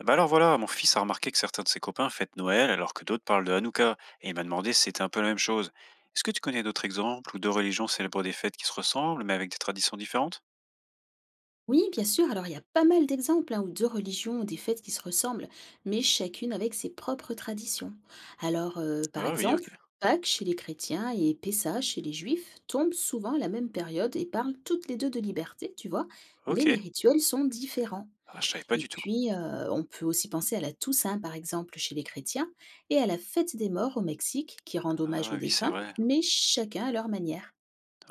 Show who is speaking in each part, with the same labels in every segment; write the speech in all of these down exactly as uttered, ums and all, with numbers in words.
Speaker 1: Eh ben alors voilà, mon fils a remarqué que certains de ses copains fêtent Noël alors que d'autres parlent de Hanouka, et il m'a demandé si c'était un peu la même chose. Est-ce que tu connais d'autres exemples où deux religions célèbrent des fêtes qui se ressemblent mais avec des traditions différentes?
Speaker 2: Oui, bien sûr. Alors, il y a pas mal d'exemples hein, où deux religions ont des fêtes qui se ressemblent, mais chacune avec ses propres traditions. Alors, euh, par
Speaker 1: Ah oui,
Speaker 2: exemple,
Speaker 1: ok.
Speaker 2: Pâques chez les chrétiens et Pessa chez les juifs tombent souvent à la même période et parlent toutes les deux de liberté, tu vois, mais les
Speaker 1: Ok.
Speaker 2: rituels sont différents.
Speaker 1: Ah, je savais pas
Speaker 2: Et
Speaker 1: du tout.
Speaker 2: puis, euh, on peut aussi penser à la Toussaint, par exemple, chez les chrétiens, et à la fête des morts au Mexique, qui rendent hommage
Speaker 1: Ah
Speaker 2: aux
Speaker 1: oui, c'est
Speaker 2: défunts,
Speaker 1: vrai.
Speaker 2: mais chacun à leur manière.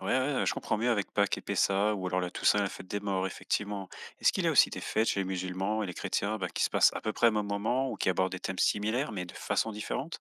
Speaker 1: Ouais, ouais, je comprends mieux avec Pâques et Pessa, ou alors la Toussaint et la fête des morts, effectivement. Est-ce qu'il y a aussi des fêtes chez les musulmans et les chrétiens bah, qui se passent à peu près au même moment ou qui abordent des thèmes similaires mais de façon différente?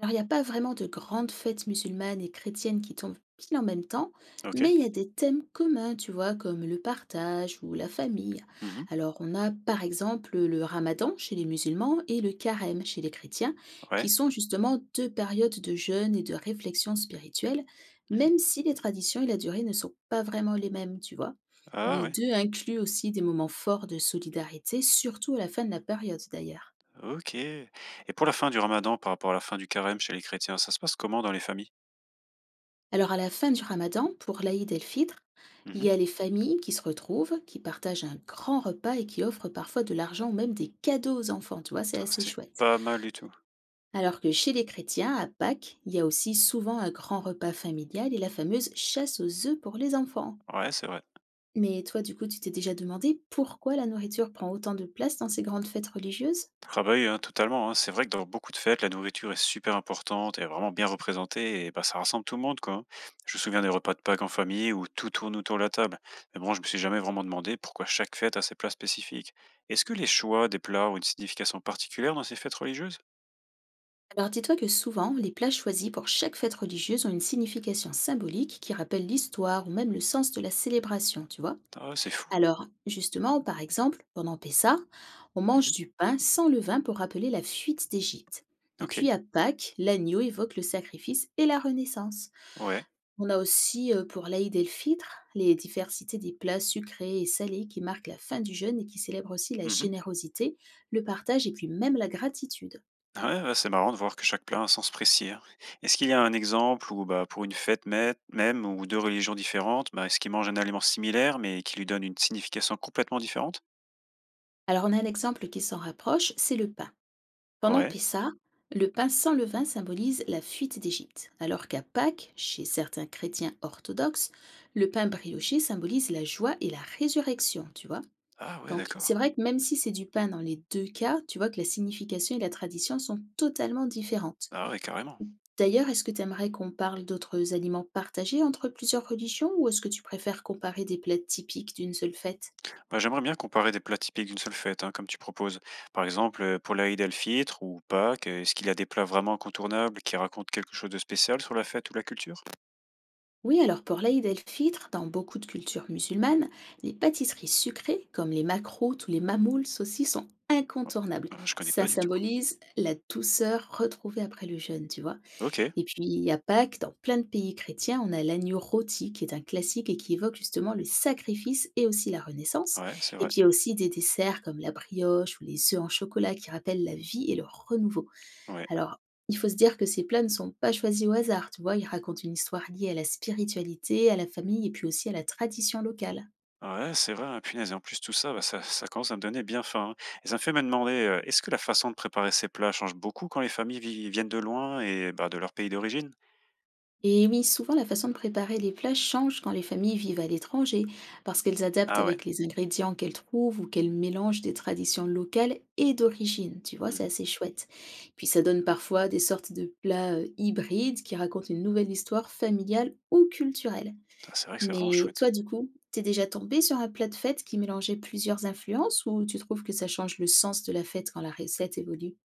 Speaker 2: Alors, il n'y a pas vraiment de grandes fêtes musulmanes et chrétiennes qui tombent pile en même temps,
Speaker 1: Ok.
Speaker 2: mais il y a des thèmes communs, tu vois, comme le partage ou la famille.
Speaker 1: Mhm.
Speaker 2: Alors, on a par exemple le ramadan chez les musulmans et le carême chez les chrétiens, qui
Speaker 1: Ouais.
Speaker 2: sont justement deux périodes de jeûne et de réflexion spirituelle,
Speaker 1: Mhm.
Speaker 2: même si les traditions et la durée ne sont pas vraiment les mêmes, tu vois.
Speaker 1: Ah
Speaker 2: Les
Speaker 1: ouais.
Speaker 2: deux incluent aussi des moments forts de solidarité, surtout à la fin de la période d'ailleurs.
Speaker 1: OK. Et pour la fin du ramadan, par rapport à la fin du carême chez les chrétiens, ça se passe comment dans les familles?
Speaker 2: Alors à la fin du ramadan, pour l'Aïd el-Fitr, il
Speaker 1: Mmh.
Speaker 2: y a les familles qui se retrouvent, qui partagent un grand repas et qui offrent parfois de l'argent ou même des cadeaux aux enfants, tu vois, c'est
Speaker 1: Ah,
Speaker 2: assez
Speaker 1: c'est
Speaker 2: chouette.
Speaker 1: pas mal du tout.
Speaker 2: Alors que chez les chrétiens, à Pâques, il y a aussi souvent un grand repas familial et la fameuse chasse aux œufs pour les enfants.
Speaker 1: Ouais, c'est vrai.
Speaker 2: Mais toi, du coup, tu t'es déjà demandé pourquoi la nourriture prend autant de place dans ces grandes fêtes religieuses?
Speaker 1: Ah bah oui, hein, totalement, hein. C'est vrai que dans beaucoup de fêtes, la nourriture est super importante et vraiment bien représentée et bah, ça rassemble tout le monde, quoi, hein. Je me souviens des repas de Pâques en famille où tout tourne autour de la table. Mais bon, je me suis jamais vraiment demandé pourquoi chaque fête a ses plats spécifiques. Est-ce que les choix des plats ont une signification particulière dans ces fêtes religieuses?
Speaker 2: Alors dis-toi que souvent, les plats choisis pour chaque fête religieuse ont une signification symbolique qui rappelle l'histoire ou même le sens de la célébration, tu vois.
Speaker 1: Ah, c'est fou.
Speaker 2: Alors, justement, par exemple, pendant Pessa, on mange
Speaker 1: Mmh.
Speaker 2: du pain sans levain pour rappeler la fuite d'Égypte. Et
Speaker 1: OK.
Speaker 2: puis à Pâques, l'agneau évoque le sacrifice et la renaissance.
Speaker 1: Ouais.
Speaker 2: On a aussi euh, pour l'Aïd el-Fitr les diversités des plats sucrés et salés qui marquent la fin du jeûne et qui célèbrent aussi la
Speaker 1: Mmh.
Speaker 2: générosité, le partage et puis même la gratitude.
Speaker 1: Ah ouais, bah, c'est marrant de voir que chaque plat a un sens précis, hein. Est-ce qu'il y a un exemple où, bah, pour une fête mê- même ou deux religions différentes, bah, est-ce qu'ils mangent un aliment similaire mais qui lui donne une signification complètement différente?
Speaker 2: Alors on a un exemple qui s'en rapproche, c'est le pain. Pendant
Speaker 1: Ouais.
Speaker 2: Pessa, le pain sans levain symbolise la fuite d'Égypte, alors qu'à Pâques, chez certains chrétiens orthodoxes, le pain brioché symbolise la joie et la résurrection, tu vois.
Speaker 1: Ah ouais,
Speaker 2: Donc c'est
Speaker 1: d'accord.
Speaker 2: vrai que même si c'est du pain dans les deux cas, tu vois que la signification et la tradition sont totalement différentes.
Speaker 1: Ah ouais, carrément.
Speaker 2: D'ailleurs, est-ce que tu aimerais qu'on parle d'autres aliments partagés entre plusieurs religions ou est-ce que tu préfères comparer des plats typiques d'une seule fête?
Speaker 1: Bah, j'aimerais bien comparer des plats typiques d'une seule fête, hein, comme tu proposes. Par exemple, euh, pour l'Aïd el-Fitr ou Pâques, euh, est-ce qu'il y a des plats vraiment incontournables qui racontent quelque chose de spécial sur la fête ou la culture?
Speaker 2: Oui, alors pour l'Aïd el-Fitr, dans beaucoup de cultures musulmanes, les pâtisseries sucrées, comme les makrouts ou les mamouls aussi, sont incontournables.
Speaker 1: Ah, je connais
Speaker 2: Ça
Speaker 1: pas du tout.
Speaker 2: symbolise la douceur retrouvée après le jeûne, tu vois.
Speaker 1: Ok,
Speaker 2: Et puis à Pâques, dans plein de pays chrétiens, on a l'agneau rôti, qui est un classique et qui évoque justement le sacrifice et aussi la Renaissance.
Speaker 1: ouais, c'est
Speaker 2: Et
Speaker 1: vrai.
Speaker 2: puis il y a aussi des desserts comme la brioche ou les œufs en chocolat qui rappellent la vie et le renouveau.
Speaker 1: Ouais.
Speaker 2: Alors, il faut se dire que ces plats ne sont pas choisis au hasard, tu vois, ils racontent une histoire liée à la spiritualité, à la famille et puis aussi à la tradition locale.
Speaker 1: Ouais, c'est vrai, hein, punaise et en plus tout ça, bah, ça ça commence à me donner bien faim, hein, et ça me fait me demander, heu, est-ce que la façon de préparer ces plats change beaucoup quand les familles vi viennent de loin et bah, de leur pays d'origine?
Speaker 2: Et oui, souvent la façon de préparer les plats change quand les familles vivent à l'étranger, parce qu'elles adaptent
Speaker 1: Ah ouais.
Speaker 2: avec les ingrédients qu'elles trouvent ou qu'elles mélangent des traditions locales et d'origine. Tu vois, c'est
Speaker 1: Mmh.
Speaker 2: assez chouette. Puis ça donne parfois des sortes de plats euh, hybrides qui racontent une nouvelle histoire familiale ou culturelle.
Speaker 1: Ah, c'est vrai que c'est vraiment
Speaker 2: Mais
Speaker 1: chouette.
Speaker 2: toi, du coup, t'es déjà tombé sur un plat de fête qui mélangeait plusieurs influences ou tu trouves que ça change le sens de la fête quand la recette évolue?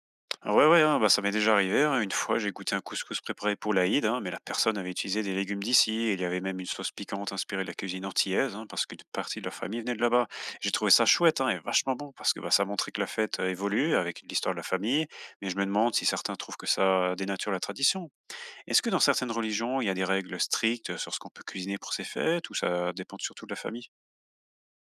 Speaker 1: Ah ouais, ouais, hein, bah, ça m'est déjà arrivé, hein. Une fois, j'ai goûté un couscous préparé pour l'Aïd, hein, mais la personne avait utilisé des légumes d'ici et il y avait même une sauce piquante inspirée de la cuisine antillaise, hein, parce qu'une partie de leur famille venait de là-bas. J'ai trouvé ça chouette, hein, et vachement bon parce que, bah, ça montrait que la fête, heu, évolue avec l'histoire de la famille, mais je me demande si certains trouvent que ça dénature la tradition. Est-ce que dans certaines religions, il y a des règles strictes sur ce qu'on peut cuisiner pour ces fêtes ou ça dépend surtout de la famille?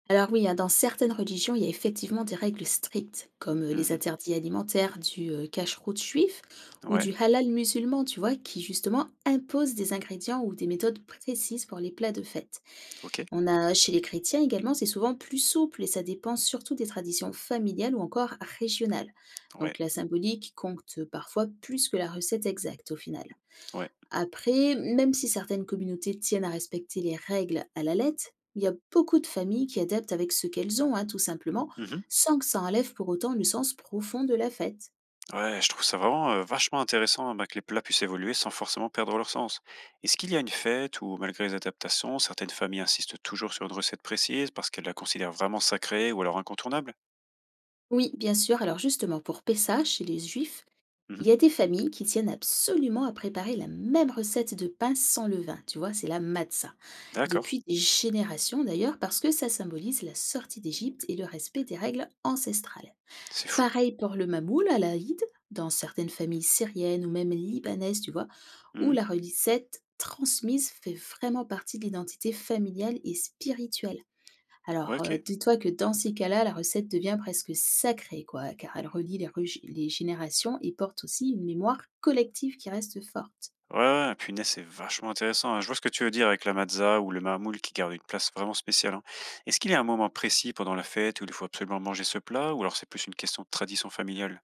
Speaker 2: Alors oui, hein, dans certaines religions, il y a effectivement des règles strictes, comme euh, les
Speaker 1: Mmh.
Speaker 2: interdits alimentaires du euh, cacheroute juif ou
Speaker 1: Ouais,
Speaker 2: du halal musulman, tu vois, qui justement imposent des ingrédients ou des méthodes précises pour les plats de fête.
Speaker 1: OK.
Speaker 2: On a chez les chrétiens également, c'est souvent plus souple et ça dépend surtout des traditions familiales ou encore régionales.
Speaker 1: Ouais,
Speaker 2: Donc la symbolique compte euh, parfois plus que la recette exacte au final.
Speaker 1: ouais.
Speaker 2: Après, même si certaines communautés tiennent à respecter les règles à la lettre, il y a beaucoup de familles qui adaptent avec ce qu'elles ont, hein, tout simplement,
Speaker 1: Mmh.
Speaker 2: sans que ça enlève pour autant le sens profond de la fête.
Speaker 1: Ouais, je trouve ça vraiment, heu, vachement intéressant, bah, que les plats puissent évoluer sans forcément perdre leur sens. Est-ce qu'il y a une fête où, malgré les adaptations, certaines familles insistent toujours sur une recette précise parce qu'elles la considèrent vraiment sacrée ou alors incontournable?
Speaker 2: Oui, bien sûr, alors justement, pour Pessah, chez les Juifs, il
Speaker 1: Mmh.
Speaker 2: y a des familles qui tiennent absolument à préparer la même recette de pain sans levain, tu vois, c'est la matzah.
Speaker 1: D'accord,
Speaker 2: Depuis des générations d'ailleurs, parce que ça symbolise la sortie d'Égypte et le respect des règles ancestrales.
Speaker 1: c'est fou.
Speaker 2: Pareil pour le mamoul à l'aïd, dans certaines familles syriennes ou même libanaises, tu vois, où
Speaker 1: Mmh.
Speaker 2: la recette transmise fait vraiment partie de l'identité familiale et spirituelle.
Speaker 1: Ouais,
Speaker 2: Alors, euh,
Speaker 1: OK.
Speaker 2: dis-toi que dans ces cas-là, la recette devient presque sacrée, quoi, car elle relie les, rugi- les générations et porte aussi une mémoire collective qui reste forte.
Speaker 1: Ouais, ouais, punaise, c'est vachement intéressant, hein. Je vois ce que tu veux dire avec la matzah ou le mamoul qui garde une place vraiment spéciale, hein. Est-ce qu'il y a un moment précis pendant la fête où il faut absolument manger ce plat ou alors c'est plus une question de tradition familiale?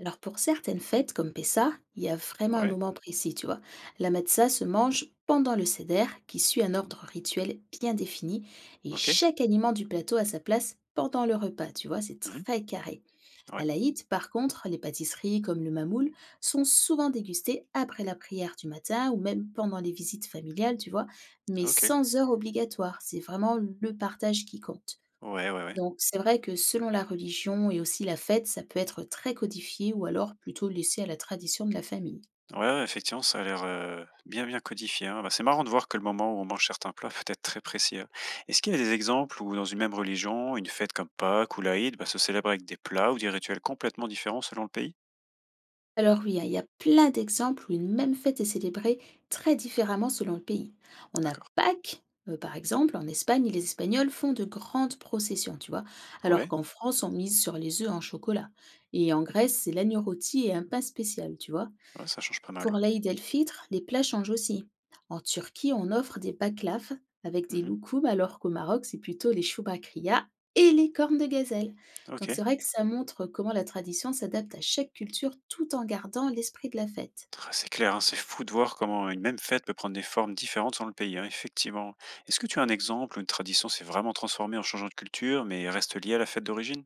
Speaker 2: Alors pour certaines fêtes comme Pessa, il y a vraiment un
Speaker 1: Ouais,
Speaker 2: moment précis, tu vois. La matzah se mange pendant le seder, qui suit un ordre rituel bien défini, et
Speaker 1: OK.
Speaker 2: chaque aliment du plateau a sa place pendant le repas, tu vois, c'est
Speaker 1: Mmh.
Speaker 2: très carré. À
Speaker 1: Ouais,
Speaker 2: l'Aïd, par contre, les pâtisseries comme le mamoul sont souvent dégustées après la prière du matin ou même pendant les visites familiales, tu vois, mais
Speaker 1: OK.
Speaker 2: sans heure obligatoire. C'est vraiment le partage qui compte.
Speaker 1: Ouais, ouais, ouais.
Speaker 2: Donc c'est vrai que selon la religion et aussi la fête, ça peut être très codifié ou alors plutôt laissé à la tradition de la famille.
Speaker 1: Ouais, ouais, effectivement, ça a l'air, heu, bien, bien codifié, hein. Bah, c'est marrant de voir que le moment où on mange certains plats peut être très précis, hein. Est-ce qu'il y a des exemples où dans une même religion, une fête comme Pâques ou l'Aïd, bah, se célèbre avec des plats ou des rituels complètement différents selon le pays?
Speaker 2: Alors oui, hein, il y a plein d'exemples où une même fête est célébrée très différemment selon le pays. On a
Speaker 1: D'accord.
Speaker 2: Pâques, euh, par exemple, en Espagne, les Espagnols font de grandes processions, tu vois, alors
Speaker 1: Ouais,
Speaker 2: qu'en France, on mise sur les œufs en chocolat. Et en Grèce, c'est l'agneau rôti et un pain spécial, tu vois.
Speaker 1: ouais, ça change pas
Speaker 2: Pour
Speaker 1: mal.
Speaker 2: l'Aïd el-Fitr, les plats changent aussi. En Turquie, on offre des baklaf avec des
Speaker 1: Mmh.
Speaker 2: loukoums, alors qu'au Maroc, c'est plutôt les choubakria et les cornes de gazelle. Donc
Speaker 1: OK.
Speaker 2: c'est vrai que ça montre comment la tradition s'adapte à chaque culture tout en gardant l'esprit de la fête.
Speaker 1: Ah, c'est clair, hein, c'est fou de voir comment une même fête peut prendre des formes différentes selon le pays, hein, effectivement. Est-ce que tu as un exemple où une tradition s'est vraiment transformée en changeant de culture, mais reste liée à la fête d'origine?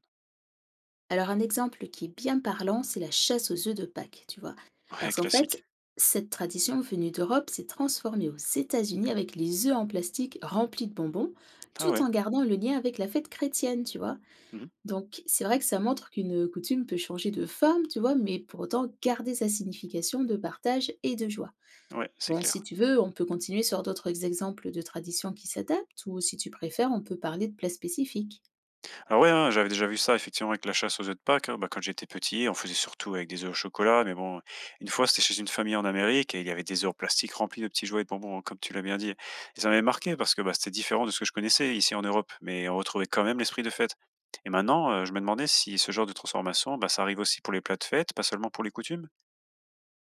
Speaker 2: Alors un exemple qui est bien parlant, c'est la chasse aux œufs de Pâques, tu vois.
Speaker 1: Ouais,
Speaker 2: Parce qu'en fait,
Speaker 1: classique.
Speaker 2: cette tradition venue d'Europe s'est transformée aux États-Unis avec les œufs en plastique remplis de bonbons,
Speaker 1: Ah
Speaker 2: tout
Speaker 1: ouais,
Speaker 2: en gardant le lien avec la fête chrétienne, tu vois.
Speaker 1: mhm,
Speaker 2: Donc, c'est vrai que ça montre qu'une coutume peut changer de forme, tu vois, mais pour autant garder sa signification de partage et de joie.
Speaker 1: ouais, c'est
Speaker 2: Bon,
Speaker 1: clair.
Speaker 2: si tu veux, on peut continuer sur d'autres ex- exemples de traditions qui s'adaptent, ou si tu préfères, on peut parler de plats spécifiques.
Speaker 1: Alors ouais, hein, j'avais déjà vu ça effectivement avec la chasse aux œufs de Pâques, hein. Bah, quand j'étais petit, on faisait surtout avec des œufs au chocolat. Mais bon, une fois, c'était chez une famille en Amérique et il y avait des œufs en plastique remplis de petits jouets et de bonbons, hein, comme tu l'as bien dit. Et ça m'avait marqué parce que bah, c'était différent de ce que je connaissais ici en Europe, mais on retrouvait quand même l'esprit de fête. Et maintenant, euh, je me demandais si ce genre de transformation, bah, ça arrive aussi pour les plats de fête, pas seulement pour les coutumes.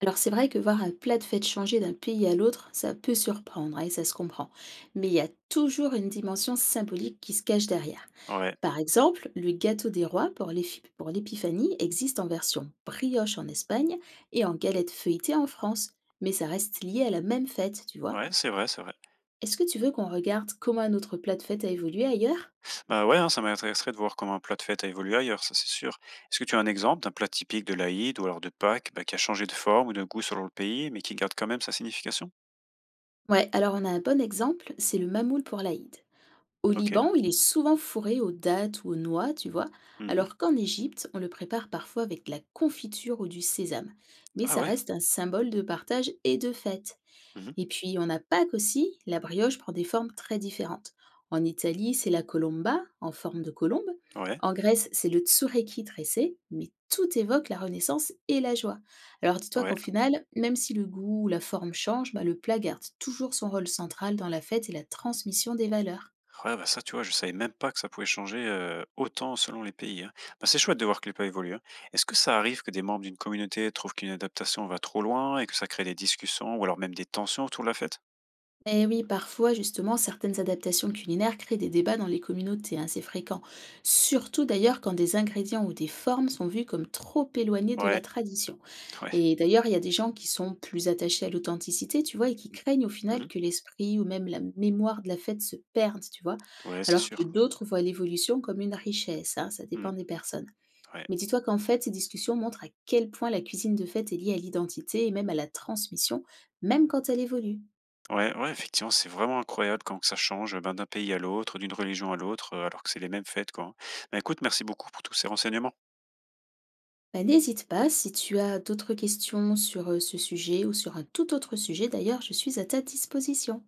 Speaker 2: Alors, c'est vrai que voir un plat de fête changer d'un pays à l'autre, ça peut surprendre, hein, et ça se comprend. Mais il y a toujours une dimension symbolique qui se cache derrière.
Speaker 1: Ouais,
Speaker 2: Par exemple, le gâteau des rois pour l'éphi- pour l'épiphanie existe en version brioche en Espagne et en galette feuilletée en France, mais ça reste lié à la même fête, tu vois.
Speaker 1: ouais, c'est vrai, c'est vrai.
Speaker 2: Est-ce que tu veux qu'on regarde comment notre plat de fête a évolué ailleurs?
Speaker 1: Bah, ouais, hein, ça m'intéresserait de voir comment un plat de fête a évolué ailleurs, ça c'est sûr. Est-ce que tu as un exemple d'un plat typique de l'Aïd ou alors de Pâques bah, qui a changé de forme ou de goût selon le pays, mais qui garde quand même sa signification?
Speaker 2: Ouais, alors on a un bon exemple, c'est le mamoul pour l'Aïd. Au
Speaker 1: Ok.
Speaker 2: Liban, il est souvent fourré aux dattes ou aux noix, tu vois,
Speaker 1: Mhm.
Speaker 2: alors qu'en Égypte, on le prépare parfois avec de la confiture ou du sésame. Mais
Speaker 1: Ah
Speaker 2: ça
Speaker 1: ouais.
Speaker 2: reste un symbole de partage et de fête.
Speaker 1: Mhm.
Speaker 2: Et puis on a Pâques aussi, la brioche prend des formes très différentes. En Italie, c'est la colomba, en forme de colombe.
Speaker 1: Ouais.
Speaker 2: En Grèce, c'est le tsureki tressé, mais tout évoque la renaissance et la joie. Alors dis-toi qu'au
Speaker 1: Ouais.
Speaker 2: final, même si le goût ou la forme change, bah, le plat garde toujours son rôle central dans la fête et la transmission des valeurs.
Speaker 1: Ouais, bah ça, tu vois, je savais même pas que ça pouvait changer euh, autant selon les pays, hein. Bah, c'est chouette de voir que les pas évoluent, hein. Est-ce que ça arrive que des membres d'une communauté trouvent qu'une adaptation va trop loin et que ça crée des discussions ou alors même des tensions autour de la fête?
Speaker 2: Eh oui, parfois, justement, certaines adaptations culinaires créent des débats dans les communautés, hein, c'est fréquent. Surtout d'ailleurs quand des ingrédients ou des formes sont vus comme trop éloignés de la
Speaker 1: Ouais.
Speaker 2: tradition.
Speaker 1: Ouais.
Speaker 2: Et d'ailleurs, il y a des gens qui sont plus attachés à l'authenticité, tu vois, et qui craignent au final
Speaker 1: Mhm.
Speaker 2: que l'esprit ou même la mémoire de la fête se perde, tu vois,
Speaker 1: Ouais, c'est
Speaker 2: alors
Speaker 1: sûr.
Speaker 2: que d'autres voient l'évolution comme une richesse, hein, ça
Speaker 1: Mm.
Speaker 2: dépend des personnes.
Speaker 1: Ouais.
Speaker 2: Mais dis-toi qu'en fait, ces discussions montrent à quel point la cuisine de fête est liée à l'identité et même à la transmission, même quand elle évolue.
Speaker 1: Ouais, ouais, effectivement, c'est vraiment incroyable quand que ça change, heu, ben, d'un pays à l'autre, d'une religion à l'autre, heu, alors que c'est les mêmes fêtes, quoi. Ben écoute, merci beaucoup pour tous ces renseignements.
Speaker 2: Bah, n'hésite pas, si tu as d'autres questions sur, heu, ce sujet ou sur un tout autre sujet d'ailleurs, je suis à ta disposition.